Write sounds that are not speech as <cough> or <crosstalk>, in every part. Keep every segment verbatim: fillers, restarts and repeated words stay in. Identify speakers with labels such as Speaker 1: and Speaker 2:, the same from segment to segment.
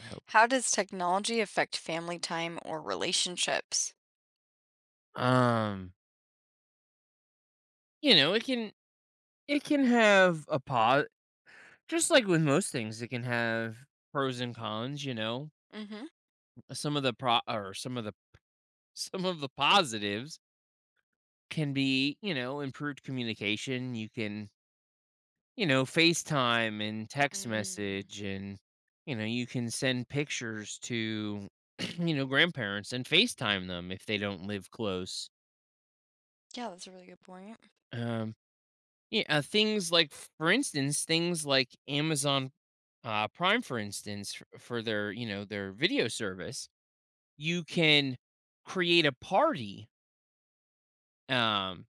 Speaker 1: I hope.
Speaker 2: How does technology affect family time or relationships?
Speaker 1: Um, you know, it can it can have a pos just like with most things, it can have pros and cons, you know.
Speaker 2: Mm-hmm.
Speaker 1: Some of the pro or some of the <laughs> some of the positives can be, you know, improved communication. You can, you know, FaceTime and text
Speaker 2: Mm.
Speaker 1: message and you know, you can send pictures to <clears throat> you know, grandparents and FaceTime them if they don't live close.
Speaker 2: Yeah, that's a really good point.
Speaker 1: Um, Yeah, uh, things like, for instance, things like Amazon uh, Prime, for instance, f- for their you know their video service, you can create a party, um,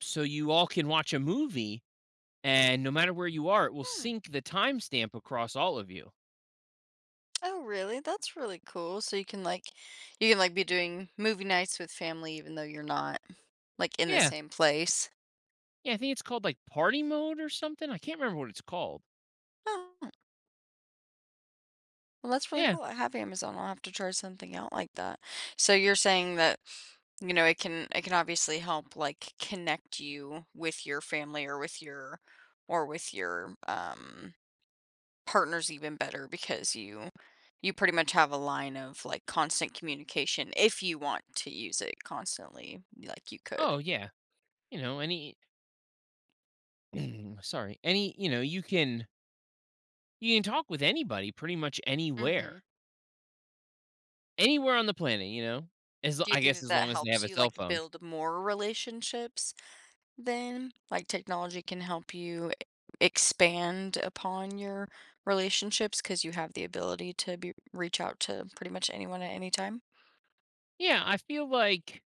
Speaker 1: so you all can watch a movie, and no matter where you are, it will
Speaker 2: Hmm.
Speaker 1: sync the timestamp across all of you.
Speaker 2: Oh, really? That's really cool. So you can like you can like be doing movie nights with family even though you're not like in the
Speaker 1: Yeah,
Speaker 2: same place.
Speaker 1: yeah, I think it's called like party mode or something. I can't remember what it's called.
Speaker 2: Oh, well, that's really
Speaker 1: Yeah.
Speaker 2: cool. I have Amazon. I'll have to try something out like that. So you're saying that you know, it can it can obviously help like connect you with your family or with your or with your um partner's even better because you you pretty much have a line of, like, constant communication. If you want to use it constantly, like, you
Speaker 1: Oh
Speaker 2: could.
Speaker 1: yeah. You know, any <clears throat> sorry, any you know you can you can talk with anybody pretty much
Speaker 2: Mhm.
Speaker 1: anywhere. Anywhere on the planet, you know? As
Speaker 2: Do you
Speaker 1: I
Speaker 2: think
Speaker 1: guess
Speaker 2: that
Speaker 1: as
Speaker 2: that
Speaker 1: long as they
Speaker 2: helps
Speaker 1: have a
Speaker 2: you,
Speaker 1: cell
Speaker 2: like,
Speaker 1: phone.
Speaker 2: build more relationships then? Like, technology can help you e, expand upon your relationships because you have the ability to be reach out to pretty much anyone at any time?
Speaker 1: Yeah, I feel like,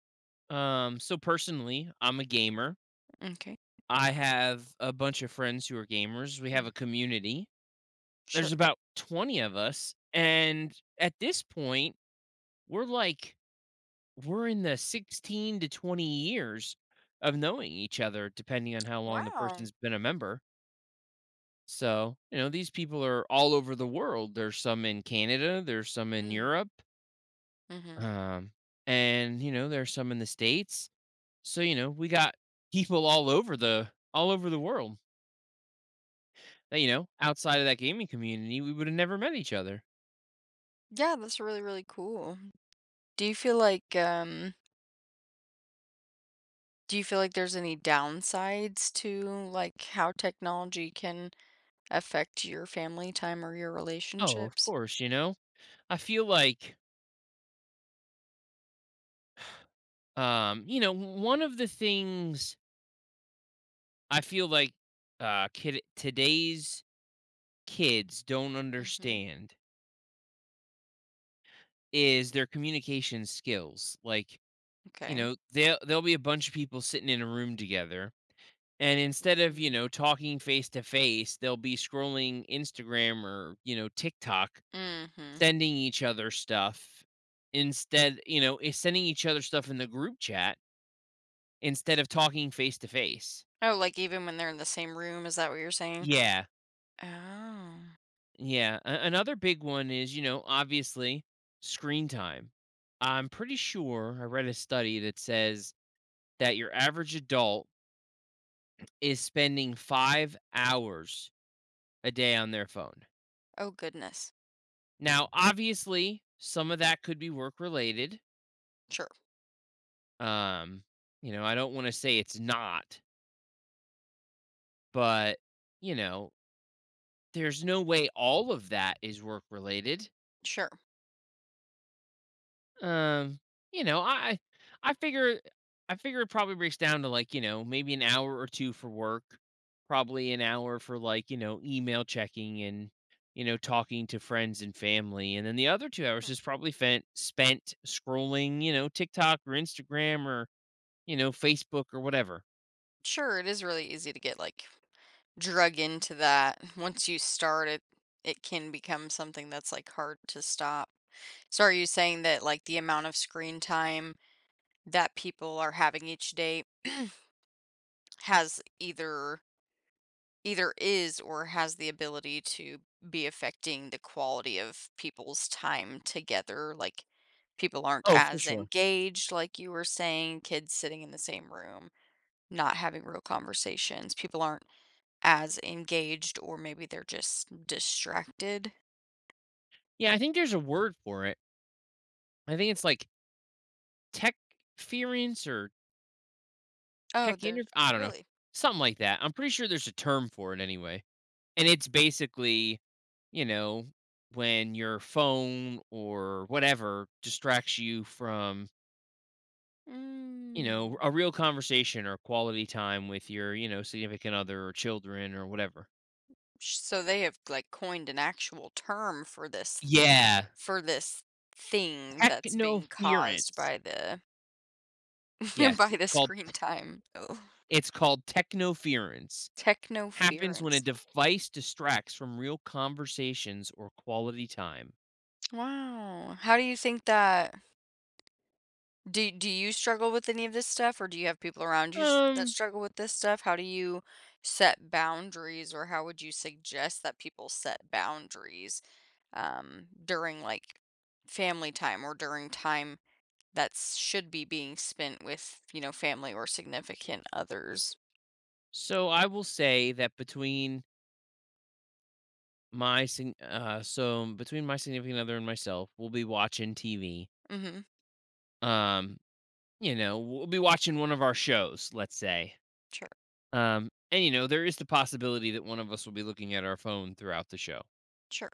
Speaker 1: um so personally, I'm a gamer.
Speaker 2: Okay.
Speaker 1: I have a bunch of friends who are gamers. We have
Speaker 2: Mm.
Speaker 1: a community.
Speaker 2: Sure.
Speaker 1: There's about twenty of us, and at this point, we're like we're in the sixteen to twenty years of knowing each other depending on how long the
Speaker 2: Wow.
Speaker 1: person's been a member. So, you know, these people are all over the world. There's some in Canada, there's some in
Speaker 2: Mm.
Speaker 1: Europe.
Speaker 2: Mhm.
Speaker 1: Um, and you know, there's some in the States. So, you know, we got <laughs> people all over the all over the world that, you know, outside of that gaming community, we would have never met each other.
Speaker 2: Yeah, that's really, really cool. Do you feel like, um do you feel like there's any downsides to, like, how technology can affect your family time or your
Speaker 1: Oh, of
Speaker 2: relationships?
Speaker 1: course, you know. I feel like um, you know, one of the things I feel like uh kid today's kids don't
Speaker 2: Mhm.
Speaker 1: understand is their communication skills. Like, you
Speaker 2: Okay.
Speaker 1: know, they'll there'll be a bunch of people sitting in a room together and instead of you
Speaker 2: Mm.
Speaker 1: know talking face to face, they'll be scrolling Instagram or you know TikTok
Speaker 2: Mhm.
Speaker 1: sending each other stuff instead you know is sending each other stuff in the group chat instead of talking face to face.
Speaker 2: Oh, like, even when they're in the same room, is that what you're saying?
Speaker 1: Yeah,
Speaker 2: Oh.
Speaker 1: yeah. A- another big one is you know obviously screen time. I'm pretty sure I read a study that says that your average adult is spending five hours a day on their phone.
Speaker 2: Oh, goodness.
Speaker 1: Now, obviously, some of that could be work related.
Speaker 2: Sure,
Speaker 1: Um, you know, I don't want to say it's not, but you know, there's no way all of that is work related.
Speaker 2: sure.
Speaker 1: Um, you know, I I figure I figure it probably breaks down to like, you know, maybe an hour or two for work, probably an hour for like, you know, email checking and you know, talking to friends and family. And then the other two
Speaker 2: Hmm.
Speaker 1: hours is probably fen- spent scrolling, you know, TikTok or Instagram, you know, Facebook or whatever.
Speaker 2: Sure, it is really easy to get, like, drug into that. <laughs> Once you start it, it can become something that's, like, hard to stop. So are you saying that, like, the amount of screen time that people are having each day <clears throat> has either either is or has the ability to be affecting the quality of people's time together, like people aren't
Speaker 1: Oh, for
Speaker 2: as
Speaker 1: sure.
Speaker 2: engaged, like you were saying, kids sitting in the same room not having real conversations, people aren't as engaged, or maybe they're just distracted.
Speaker 1: Yeah, I think there's a word for it. I think it's like techference or
Speaker 2: Oh,
Speaker 1: tech inter
Speaker 2: there's
Speaker 1: I don't know,
Speaker 2: really.
Speaker 1: something like that. I'm pretty sure there's a term for it anyway. And it's basically, you know, when your phone or whatever distracts you from, you know,
Speaker 2: Mm.
Speaker 1: a real conversation or quality time with your, you know, significant other or children or whatever.
Speaker 2: So they have, like, coined an actual term for this?
Speaker 1: Yeah,
Speaker 2: For this thing that's being caused
Speaker 1: technoference.
Speaker 2: by the <laughs>
Speaker 1: Yes,
Speaker 2: by
Speaker 1: it's
Speaker 2: the
Speaker 1: called
Speaker 2: screen time. Oh,
Speaker 1: it's called technoference. Happens when a
Speaker 2: technoference.
Speaker 1: device distracts from real conversations or quality time?
Speaker 2: Wow. How do you think that do do you struggle with any of this stuff, or do you have people around you s- that
Speaker 1: Um,
Speaker 2: struggle with this stuff? How do you set boundaries, or how would you suggest that people set boundaries um during like family time or during time that should be being spent with, you know, family or significant others?
Speaker 1: So I will say that between my sig- uh so between my significant other and myself, we'll be watching T V.
Speaker 2: Mhm.
Speaker 1: Um, you know, we'll be watching one of our shows, let's say.
Speaker 2: Sure.
Speaker 1: Um, and you know, there is the possibility that one of us will be looking at our phone throughout the show.
Speaker 2: Sure.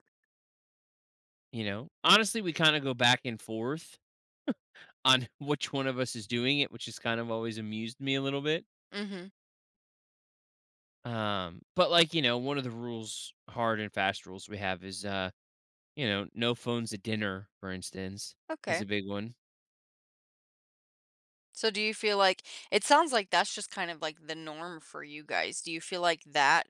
Speaker 1: You know, honestly, we kind of go back and forth on <laughs> which one of us is doing it, which has kind of always amused me a little bit.
Speaker 2: Mhm.
Speaker 1: Um, but like, you know, one of the rules, hard and fast rules we have is, uh, you know, no phones at dinner, for instance, is
Speaker 2: Okay.
Speaker 1: a big one.
Speaker 2: So do you feel like it sounds like that's just kind of like the norm for you guys. Do you feel like that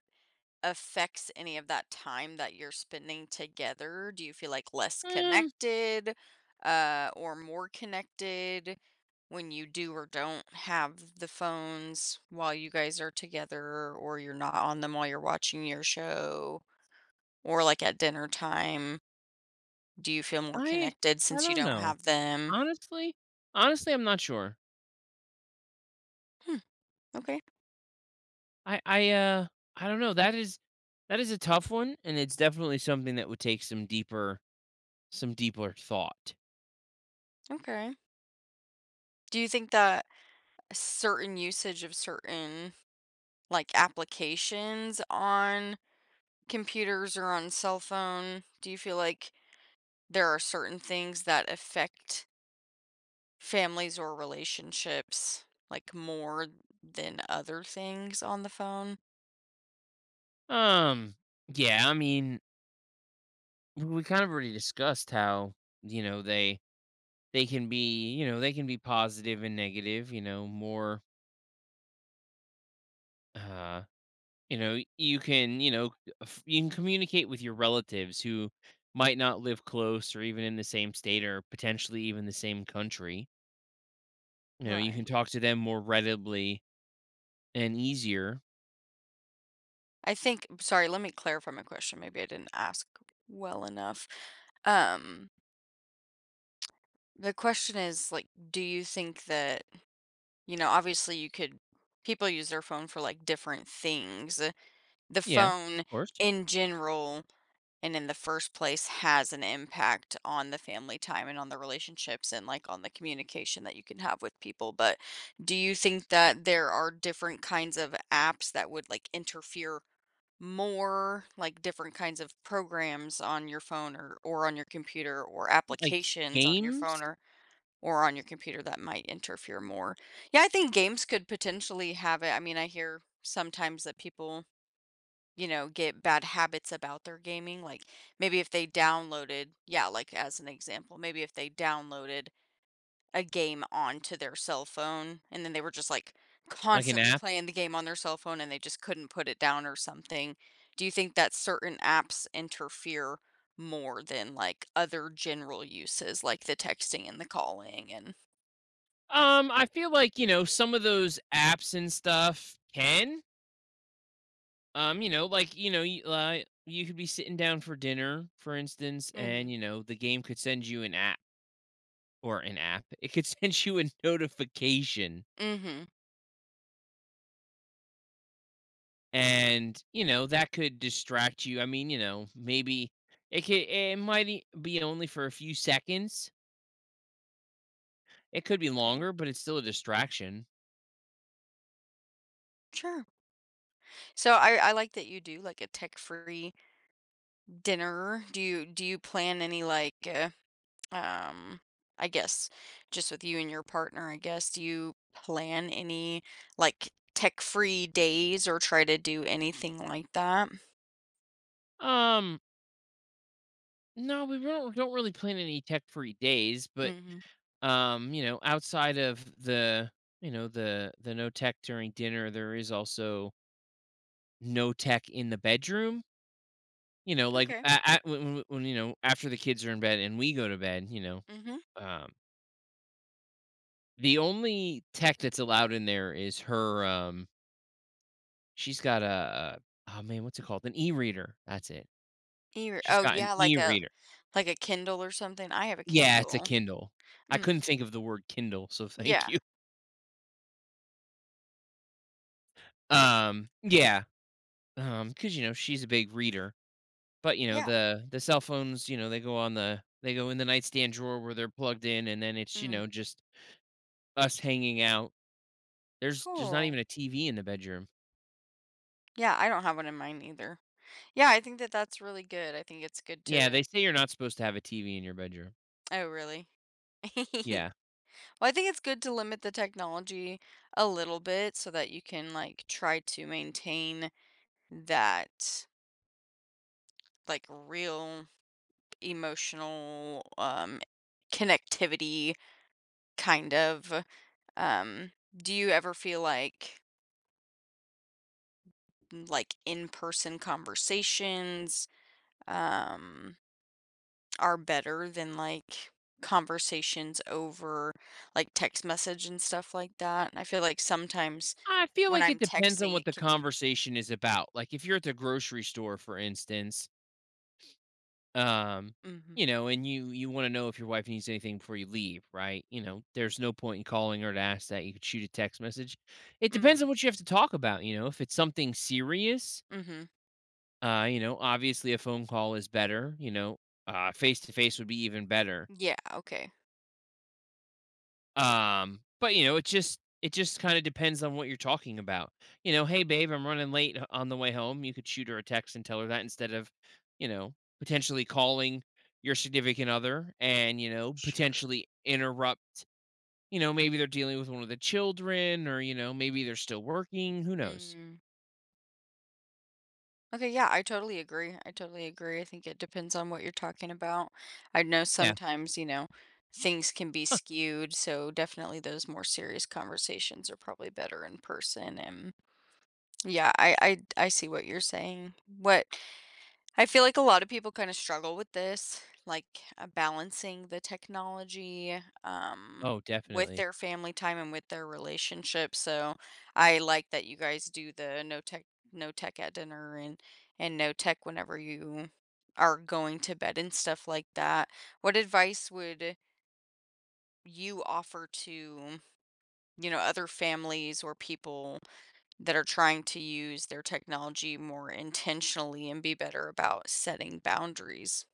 Speaker 2: affects any of that time that you're spending together? Do you feel like less
Speaker 1: Um,
Speaker 2: connected uh or more connected when you do or don't have the phones while you guys are together, or you're not on them while you're watching your show or like at dinner time? Do you feel more
Speaker 1: I
Speaker 2: connected
Speaker 1: I
Speaker 2: since you
Speaker 1: don't
Speaker 2: don't
Speaker 1: know.
Speaker 2: have them?
Speaker 1: Honestly, honestly, I'm not sure.
Speaker 2: Hmm. Okay.
Speaker 1: I I uh I don't know. That is that is a tough one, and it's definitely something that would take some deeper some deeper thought.
Speaker 2: Okay. Do you think that a certain usage of certain, like, applications on computers or on cell phone, do you feel like there are certain things that affect families or relationships, like, more than other things on the phone?
Speaker 1: Um, yeah, I mean, we we kind of already discussed how you know they they can be you know they can be positive and negative. You know, more uh you know you can you know f- you can communicate with your relatives who might not live close or even in the same state or potentially even the same country. You know you can
Speaker 2: Right.
Speaker 1: talk to them more readily and easier.
Speaker 2: I think sorry, let me clarify my question, maybe I didn't ask well enough. Um, the question is, like, do you think that You know, obviously you could people use their phone for, like, different things. Uh, The
Speaker 1: Yeah,
Speaker 2: phone
Speaker 1: of course.
Speaker 2: in general and in the first place has an impact on the family time and on the relationships and, like, on the communication that you can have with people, but do you think that there are different kinds of apps that would, like, interfere more, like, different kinds of programs on your phone or or on your computer or
Speaker 1: Like
Speaker 2: applications on your phone
Speaker 1: games,
Speaker 2: or or on your computer that might interfere more. Yeah, I think games could potentially have it. I mean, I hear sometimes that people, you know, get bad habits about their gaming. Like maybe if they downloaded, yeah, like as an example, maybe if they downloaded a game onto their cell phone and then they were just like
Speaker 1: like an
Speaker 2: constantly
Speaker 1: app.
Speaker 2: playing the game on their cell phone and they just couldn't put it down or something. Do you think that certain apps interfere more than like other general uses like the texting and the calling and.
Speaker 1: um I feel like you know some of those apps and stuff can, um you know like you know you, uh, you could be sitting down for dinner for instance and
Speaker 2: Mhm.
Speaker 1: you know the game could send you an app or an app, it could <laughs> send you a notification,
Speaker 2: Mhm.
Speaker 1: and, you know, that could distract you. I mean, you know, maybe it could, it might e- be only for a few seconds. It could be
Speaker 2: Okay.
Speaker 1: longer, but it's still a distraction.
Speaker 2: Sure. So I I like that you do like a tech-free dinner. Do you do you plan any like uh, um I guess just with you and your partner, I guess, do you plan any like tech-free days or try to do anything like that?
Speaker 1: Um, no, we don't, don't really plan any tech-free days, but
Speaker 2: Mhm.
Speaker 1: um, you know, outside of the, you know, the the no tech during dinner, there is also no tech in the bedroom. You know, like
Speaker 2: Okay.
Speaker 1: at, when, when when, you know after the kids are in bed and we go to bed, you know,
Speaker 2: Mhm.
Speaker 1: Um, the only tech that's allowed in there is her, um she's got a a oh, man, what's it called? An e-reader, that's it.
Speaker 2: Here.
Speaker 1: She's
Speaker 2: Oh
Speaker 1: got an
Speaker 2: yeah, like a
Speaker 1: e-reader.
Speaker 2: like a Kindle or something. I have a
Speaker 1: Yeah, it's a
Speaker 2: Kindle.
Speaker 1: Kindle. I couldn't
Speaker 2: Mm.
Speaker 1: think of the word Kindle, so <laughs> thank
Speaker 2: Yeah.
Speaker 1: you. Um, yeah, um, because you know, she's a big reader, but, you know,
Speaker 2: Yeah.
Speaker 1: the the cell phones, you know, they go on the they go in the nightstand drawer where they're plugged in, and then it's, you
Speaker 2: Mm.
Speaker 1: know, just us hanging out. There's there's not
Speaker 2: Cool.
Speaker 1: even a T V in the bedroom.
Speaker 2: Yeah, I don't have one in mind either. Yeah, I think that that's really good. I think it's good
Speaker 1: Yeah, they
Speaker 2: to.
Speaker 1: say you're not supposed to have a T V in your bedroom.
Speaker 2: Oh, really? <laughs>
Speaker 1: Yeah.
Speaker 2: Well, I think it's good to limit the technology a little bit so that you can, like, try to maintain that, like, real emotional, um, connectivity kind of. Um, do you ever feel like like in-person conversations, um are better than like conversations over like text message and stuff like that. I feel like sometimes
Speaker 1: I feel
Speaker 2: when
Speaker 1: like it
Speaker 2: I'm
Speaker 1: depends on
Speaker 2: texting,
Speaker 1: what
Speaker 2: it
Speaker 1: the
Speaker 2: can.
Speaker 1: conversation is about. Like if you're at the grocery store, for instance, um,
Speaker 2: Mm-hmm.
Speaker 1: you know, and you you want to know if your wife needs anything before you leave, right? You know, there's no point in calling her to ask that. You could shoot a text message. It depends
Speaker 2: Mm,
Speaker 1: on what you have to talk about. You know, if it's something serious,
Speaker 2: mm-hmm.
Speaker 1: uh, you know, obviously a phone call is better. You know, uh, face to face would be even better.
Speaker 2: Yeah. Okay.
Speaker 1: Um, but you know, it just it just kind of depends on what you're talking about. You know, hey babe, I'm running late h- on the way home. You could shoot her a text and tell her that instead of, you know, potentially calling your significant other and, you know,
Speaker 2: Sure.
Speaker 1: potentially interrupt, you know, maybe they're dealing with one of the children or, you know, maybe they're still working, who knows.
Speaker 2: Mm. Okay. Yeah. I totally agree. I totally agree. I think it depends on what you're talking about. I know
Speaker 1: Yeah.
Speaker 2: sometimes, you know, things can be skewed. So definitely those more serious conversations are probably better in person. And yeah, I, I, I see what you're saying. What I feel like a lot of people kind of struggle with this, like uh, balancing the technology um,
Speaker 1: Oh,
Speaker 2: with
Speaker 1: definitely.
Speaker 2: their family time and with their relationship. So I like that you guys do the no tech, no tech at dinner and and no tech whenever you are going to bed and stuff like that. What advice would you offer to, you know, other families or people that are trying to use their technology more intentionally and be better about setting boundaries?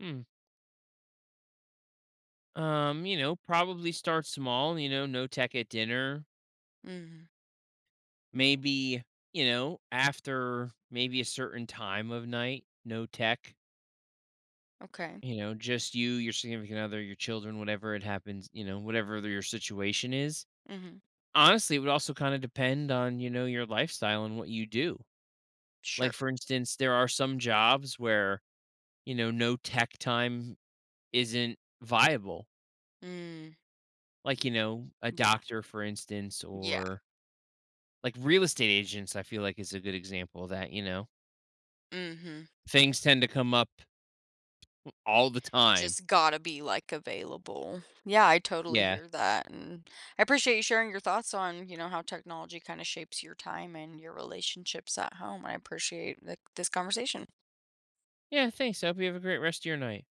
Speaker 1: Hmm. Um, you know, probably start small, you know, no tech at dinner.
Speaker 2: Mhm.
Speaker 1: Maybe, you know, after maybe a certain time of night, no tech,
Speaker 2: Okay.
Speaker 1: you know, just you, your significant other, your children, whatever it happens, you know, whatever your situation is.
Speaker 2: Mhm.
Speaker 1: Honestly, it would also kind of depend on, you know, your lifestyle and what you do.
Speaker 2: Sure.
Speaker 1: Like, for instance, there are some jobs where, you know, no tech time isn't viable.
Speaker 2: Mm.
Speaker 1: Like, you know, a
Speaker 2: Yeah.
Speaker 1: doctor, for instance,
Speaker 2: Yeah.
Speaker 1: or like real estate agents, I feel like is a good example of that, you know.
Speaker 2: Mhm.
Speaker 1: Things tend to come up all the time.
Speaker 2: Just gotta be like available. Yeah, I totally
Speaker 1: Yeah.
Speaker 2: hear that, and I appreciate you sharing your thoughts on you know how technology kind of shapes your time and your relationships at home. I appreciate like this conversation.
Speaker 1: Yeah, thanks. I hope you have a great rest of your night.